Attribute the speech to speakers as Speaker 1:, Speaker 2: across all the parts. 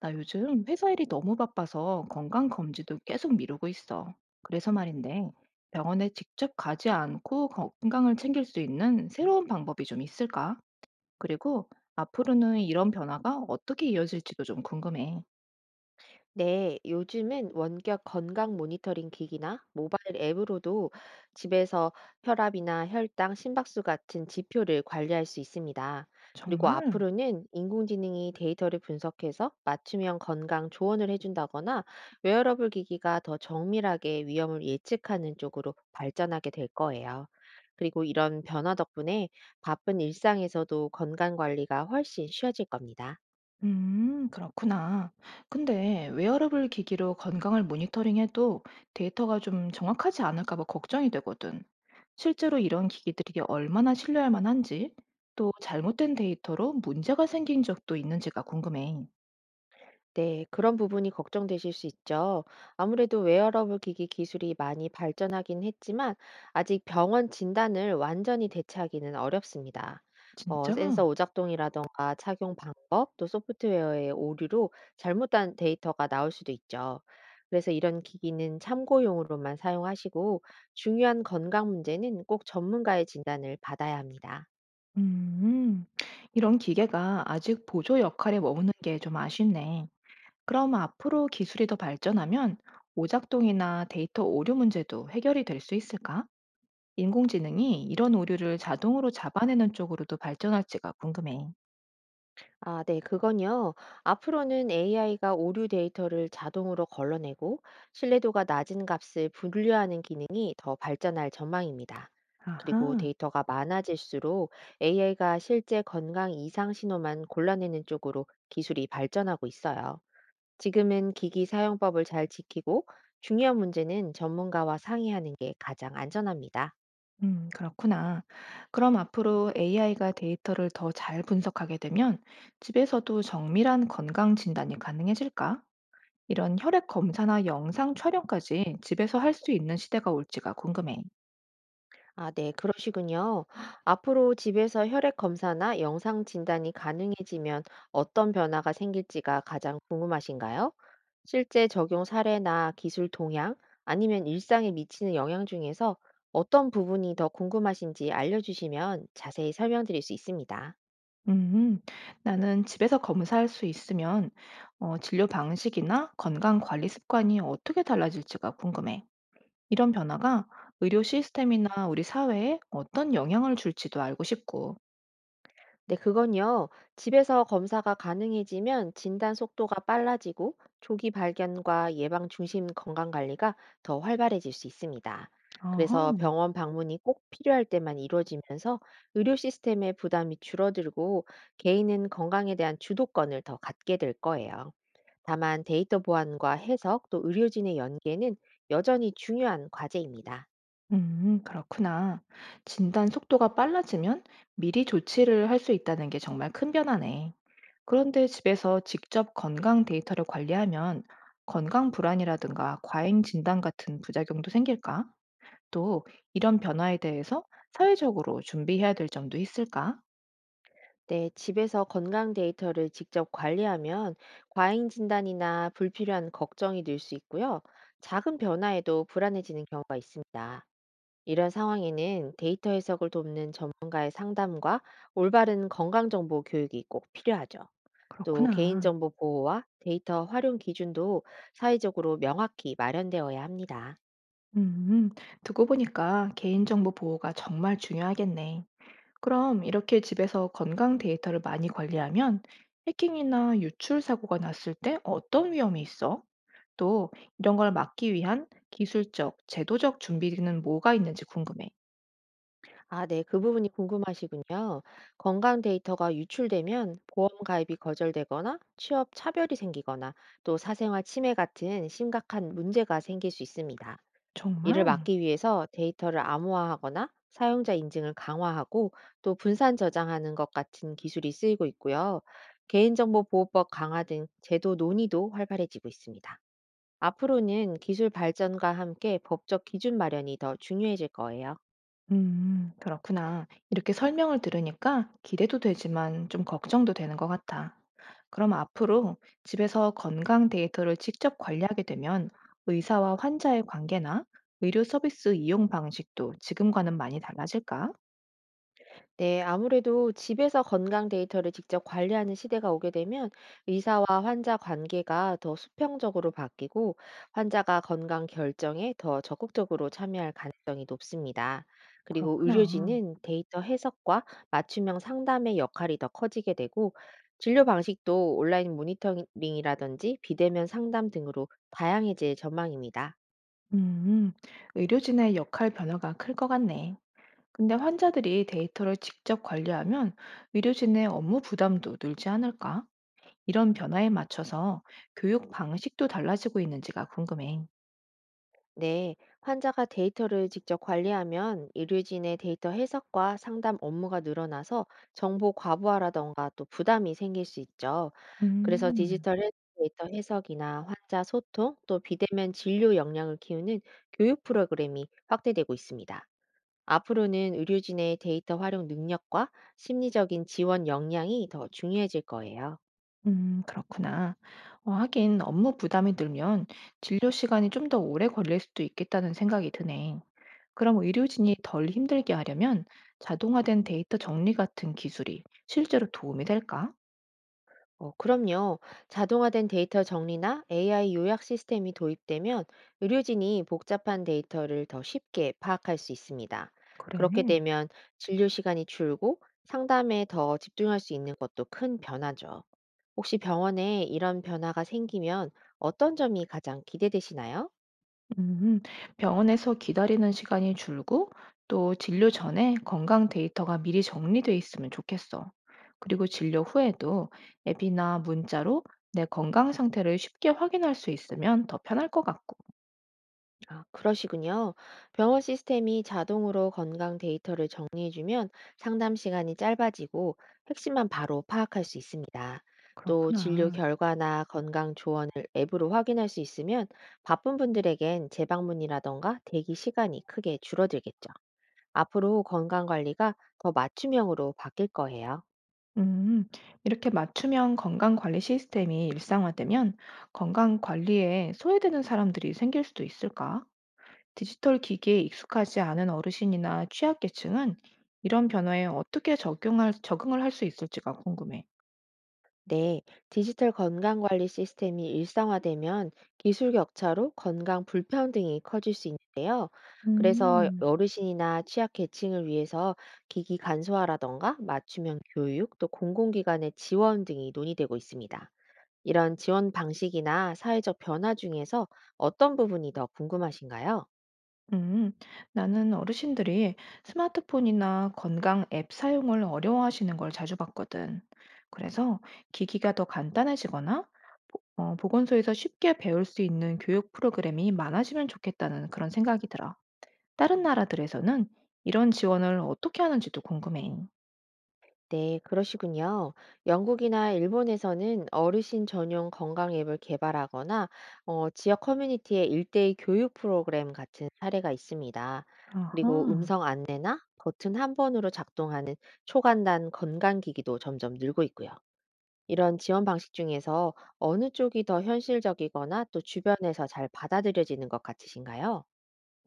Speaker 1: 나 요즘 회사 일이 너무 바빠서 건강 검진도 계속 미루고 있어. 그래서 말인데, 병원에 직접 가지 않고 건강을 챙길 수 있는 새로운 방법이 좀 있을까? 그리고 앞으로는 이런 변화가 어떻게 이어질지도 좀 궁금해.
Speaker 2: 네, 요즘은 원격 건강 모니터링 기기나 모바일 앱으로도 집에서 혈압이나 혈당, 심박수 같은 지표를 관리할 수 있습니다. 그리고
Speaker 1: 정말?
Speaker 2: 앞으로는 인공지능이 데이터를 분석해서 맞춤형 건강 조언을 해준다거나 웨어러블 기기가 더 정밀하게 위험을 예측하는 쪽으로 발전하게 될 거예요. 그리고 이런 변화 덕분에 바쁜 일상에서도 건강 관리가 훨씬 쉬워질 겁니다.
Speaker 1: 그렇구나. 근데 웨어러블 기기로 건강을 모니터링해도 데이터가 좀 정확하지 않을까 봐 걱정이 되거든. 실제로 이런 기기들이 얼마나 신뢰할 만한지, 또 잘못된 데이터로 문제가 생긴 적도 있는지가 궁금해.
Speaker 2: 네, 그런 부분이 걱정되실 수 있죠. 아무래도 웨어러블 기기 기술이 많이 발전하긴 했지만 아직 병원 진단을 완전히 대체하기는 어렵습니다. 어,
Speaker 1: 진짜?
Speaker 2: 센서 오작동이라던가 착용 방법, 또 소프트웨어의 오류로 잘못된 데이터가 나올 수도 있죠. 그래서 이런 기기는 참고용으로만 사용하시고 중요한 건강 문제는 꼭 전문가의 진단을 받아야 합니다.
Speaker 1: 음, 이런 기계가 아직 보조 역할에 머무는 게 좀 아쉽네. 그럼 앞으로 기술이 더 발전하면 오작동이나 데이터 오류 문제도 해결이 될 수 있을까? 인공지능이 이런 오류를 자동으로 잡아내는 쪽으로도 발전할지가 궁금해.
Speaker 2: 아, 네, 그건요. 앞으로는 AI가 오류 데이터를 자동으로 걸러내고 신뢰도가 낮은 값을 분류하는 기능이 더 발전할 전망입니다. 그리고
Speaker 1: 아하,
Speaker 2: 데이터가 많아질수록 AI가 실제 건강 이상 신호만 골라내는 쪽으로 기술이 발전하고 있어요. 지금은 기기 사용법을 잘 지키고 중요한 문제는 전문가와 상의하는 게 가장 안전합니다.
Speaker 1: 그렇구나. 그럼 앞으로 AI가 데이터를 더 잘 분석하게 되면 집에서도 정밀한 건강 진단이 가능해질까? 이런 혈액 검사나 영상 촬영까지 집에서 할 수 있는 시대가 올지가 궁금해.
Speaker 2: 아, 네, 그러시군요. 앞으로 집에서 혈액 검사나 영상 진단이 가능해지면 어떤 변화가 생길지가 가장 궁금하신가요? 실제 적용 사례나 기술 동향, 아니면 일상에 미치는 영향 중에서 어떤 부분이 더 궁금하신지 알려주시면 자세히 설명드릴 수 있습니다.
Speaker 1: 음, 나는 집에서 검사할 수 있으면 진료 방식이나 건강 관리 습관이 어떻게 달라질지가 궁금해. 이런 변화가 의료 시스템이나 우리 사회에 어떤 영향을 줄지도 알고 싶고.
Speaker 2: 네, 그건요. 집에서 검사가 가능해지면 진단 속도가 빨라지고 조기 발견과 예방 중심 건강 관리가 더 활발해질 수 있습니다. 그래서
Speaker 1: 어허.
Speaker 2: 병원 방문이 꼭 필요할 때만 이루어지면서 의료 시스템의 부담이 줄어들고 개인은 건강에 대한 주도권을 더 갖게 될 거예요. 다만 데이터 보안과 해석 또 의료진의 연계는 여전히 중요한 과제입니다.
Speaker 1: 그렇구나. 진단 속도가 빨라지면 미리 조치를 할 수 있다는 게 정말 큰 변화네. 그런데 집에서 직접 건강 데이터를 관리하면 건강 불안이라든가 과잉 진단 같은 부작용도 생길까? 또 이런 변화에 대해서 사회적으로 준비해야 될 점도 있을까?
Speaker 2: 네, 집에서 건강 데이터를 직접 관리하면 과잉 진단이나 불필요한 걱정이 늘 수 있고요. 작은 변화에도 불안해지는 경우가 있습니다. 이런 상황에는 데이터 해석을 돕는 전문가의 상담과 올바른 건강정보 교육이 꼭 필요하죠. 또
Speaker 1: 그렇구나.
Speaker 2: 개인정보 보호와 데이터 활용 기준도 사회적으로 명확히 마련되어야 합니다.
Speaker 1: 음, 듣고 보니까 개인정보 보호가 정말 중요하겠네. 그럼 이렇게 집에서 건강 데이터를 많이 관리하면 해킹이나 유출 사고가 났을 때 어떤 위험이 있어? 또 이런 걸 막기 위한 기술적, 제도적 준비는 뭐가 있는지 궁금해.
Speaker 2: 아, 네. 그 부분이 궁금하시군요. 건강 데이터가 유출되면 보험 가입이 거절되거나 취업 차별이 생기거나 또 사생활 침해 같은 심각한 문제가 생길 수 있습니다. 이를
Speaker 1: 정말?
Speaker 2: 막기 위해서 데이터를 암호화하거나 사용자 인증을 강화하고 또 분산 저장하는 것 같은 기술이 쓰이고 있고요. 개인정보보호법 강화 등 제도 논의도 활발해지고 있습니다. 앞으로는 기술 발전과 함께 법적 기준 마련이 더 중요해질 거예요.
Speaker 1: 그렇구나. 이렇게 설명을 들으니까 기대도 되지만 좀 걱정도 되는 것 같아. 그럼 앞으로 집에서 건강 데이터를 직접 관리하게 되면 의사와 환자의 관계나 의료 서비스 이용 방식도 지금과는 많이 달라질까?
Speaker 2: 네, 아무래도 집에서 건강 데이터를 직접 관리하는 시대가 오게 되면 의사와 환자 관계가 더 수평적으로 바뀌고 환자가 건강 결정에 더 적극적으로 참여할 가능성이 높습니다. 그리고
Speaker 1: 그렇구나.
Speaker 2: 의료진은 데이터 해석과 맞춤형 상담의 역할이 더 커지게 되고 진료 방식도 온라인 모니터링이라든지 비대면 상담 등으로 다양해질 전망입니다.
Speaker 1: 음, 의료진의 역할 변화가 클 것 같네. 근데 환자들이 데이터를 직접 관리하면 의료진의 업무 부담도 늘지 않을까? 이런 변화에 맞춰서 교육 방식도 달라지고 있는지가 궁금해.
Speaker 2: 네, 환자가 데이터를 직접 관리하면 의료진의 데이터 해석과 상담 업무가 늘어나서 정보 과부하라던가 또 부담이 생길 수 있죠. 그래서
Speaker 1: 음,
Speaker 2: 디지털 헬스 데이터 해석이나 환자 소통 또 비대면 진료 역량을 키우는 교육 프로그램이 확대되고 있습니다. 앞으로는 의료진의 데이터 활용 능력과 심리적인 지원 역량이 더 중요해질 거예요.
Speaker 1: 그렇구나. 하긴 업무 부담이 늘면 진료 시간이 좀 더 오래 걸릴 수도 있겠다는 생각이 드네. 그럼 의료진이 덜 힘들게 하려면 자동화된 데이터 정리 같은 기술이 실제로 도움이 될까?
Speaker 2: 어, 그럼요. 자동화된 데이터 정리나 AI 요약 시스템이 도입되면 의료진이 복잡한 데이터를 더 쉽게 파악할 수 있습니다.
Speaker 1: 그래.
Speaker 2: 그렇게 되면 진료 시간이 줄고 상담에 더 집중할 수 있는 것도 큰 변화죠. 혹시 병원에 이런 변화가 생기면 어떤 점이 가장 기대되시나요?
Speaker 1: 음, 병원에서 기다리는 시간이 줄고 또 진료 전에 건강 데이터가 미리 정리돼 있으면 좋겠어. 그리고 진료 후에도 앱이나 문자로 내 건강 상태를 쉽게 확인할 수 있으면 더 편할 것 같고.
Speaker 2: 아, 그러시군요. 병원 시스템이 자동으로 건강 데이터를 정리해주면 상담 시간이 짧아지고 핵심만 바로 파악할 수 있습니다. 또 진료
Speaker 1: 그렇구나.
Speaker 2: 결과나 건강 조언을 앱으로 확인할 수 있으면 바쁜 분들에겐 재방문이라던가 대기 시간이 크게 줄어들겠죠. 앞으로 건강 관리가 더 맞춤형으로 바뀔 거예요.
Speaker 1: 음, 이렇게 맞춤형 건강 관리 시스템이 일상화되면 건강 관리에 소외되는 사람들이 생길 수도 있을까? 디지털 기기에 익숙하지 않은 어르신이나 취약계층은 이런 변화에 어떻게 적응을 할 수 있을지가 궁금해.
Speaker 2: 네, 디지털 건강관리 시스템이 일상화되면 기술 격차로 건강 불평등이 커질 수 있는데요. 그래서
Speaker 1: 음,
Speaker 2: 어르신이나 취약계층을 위해서 기기 간소화라던가 맞춤형 교육, 또 공공기관의 지원 등이 논의되고 있습니다. 이런 지원 방식이나 사회적 변화 중에서 어떤 부분이 더 궁금하신가요?
Speaker 1: 음, 나는 어르신들이 스마트폰이나 건강 앱 사용을 어려워하시는 걸 자주 봤거든. 그래서 기기가 더 간단해지거나 보건소에서 쉽게 배울 수 있는 교육 프로그램이 많아지면 좋겠다는 그런 생각이 들어. 다른 나라들에서는 이런 지원을 어떻게 하는지도 궁금해.
Speaker 2: 네, 그러시군요. 영국이나 일본에서는 어르신 전용 건강 앱을 개발하거나 어, 지역 커뮤니티의 일대의 교육 프로그램 같은 사례가 있습니다. 그리고
Speaker 1: 아하.
Speaker 2: 음성 안내나 버튼 한 번으로 작동하는 초간단 건강기기도 점점 늘고 있고요. 이런 지원 방식 중에서 어느 쪽이 더 현실적이거나 또 주변에서 잘 받아들여지는 것 같으신가요?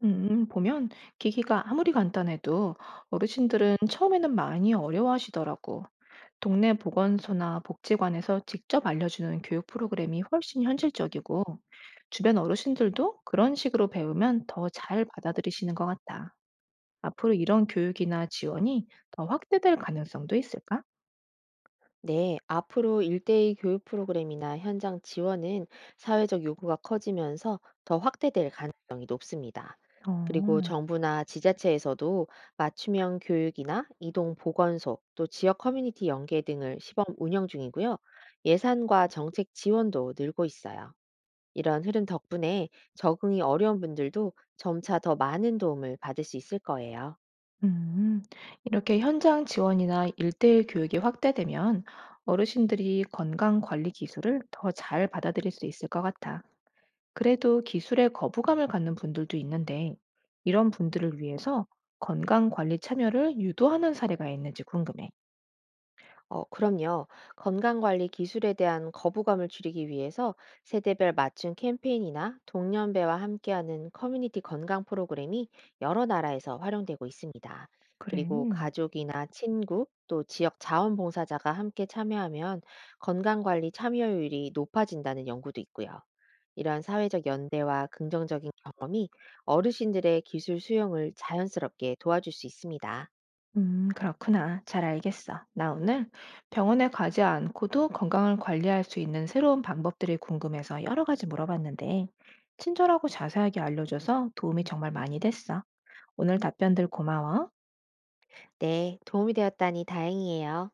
Speaker 1: 보면 기기가 아무리 간단해도 어르신들은 처음에는 많이 어려워하시더라고. 동네 보건소나 복지관에서 직접 알려주는 교육 프로그램이 훨씬 현실적이고, 주변 어르신들도 그런 식으로 배우면 더 잘 받아들이시는 것 같다. 앞으로 이런 교육이나 지원이 더 확대될 가능성도 있을까?
Speaker 2: 네, 앞으로 일대일 교육 프로그램이나 현장 지원은 사회적 요구가 커지면서 더 확대될 가능이다. 그리고
Speaker 1: 어.
Speaker 2: 정부나 지자체에서도 맞춤형 교육이나 이동 보건소, 또 지역 커뮤니티 연계 등을 시범 운영 중이고요. 예산과 정책 지원도 늘고 있어요. 이런 흐름 덕분에 적응이 어려운 분들도 점차 더 많은 도움을 받을 수 있을 거예요.
Speaker 1: 음, 이렇게 현장 지원이나 일대일 교육이 확대되면 어르신들이 건강 관리 기술을 더 잘 받아들일 수 있을 것 같아. 그래도 기술에 거부감을 갖는 분들도 있는데, 이런 분들을 위해서 건강 관리 참여를 유도하는 사례가 있는지 궁금해.
Speaker 2: 어, 그럼요. 건강관리 기술에 대한 거부감을 줄이기 위해서 세대별 맞춤 캠페인이나 동년배와 함께하는 커뮤니티 건강 프로그램이 여러 나라에서 활용되고 있습니다.
Speaker 1: 그래.
Speaker 2: 그리고 가족이나 친구, 또 지역 자원봉사자가 함께 참여하면 건강관리 참여율이 높아진다는 연구도 있고요. 이러한 사회적 연대와 긍정적인 경험이 어르신들의 기술 수용을 자연스럽게 도와줄 수 있습니다.
Speaker 1: 그렇구나. 잘 알겠어. 나 오늘 병원에 가지 않고도 건강을 관리할 수 있는 새로운 방법들이 궁금해서 여러 가지 물어봤는데, 친절하고 자세하게 알려줘서 도움이 정말 많이 됐어. 오늘 답변들 고마워.
Speaker 2: 네, 도움이 되었다니 다행이에요.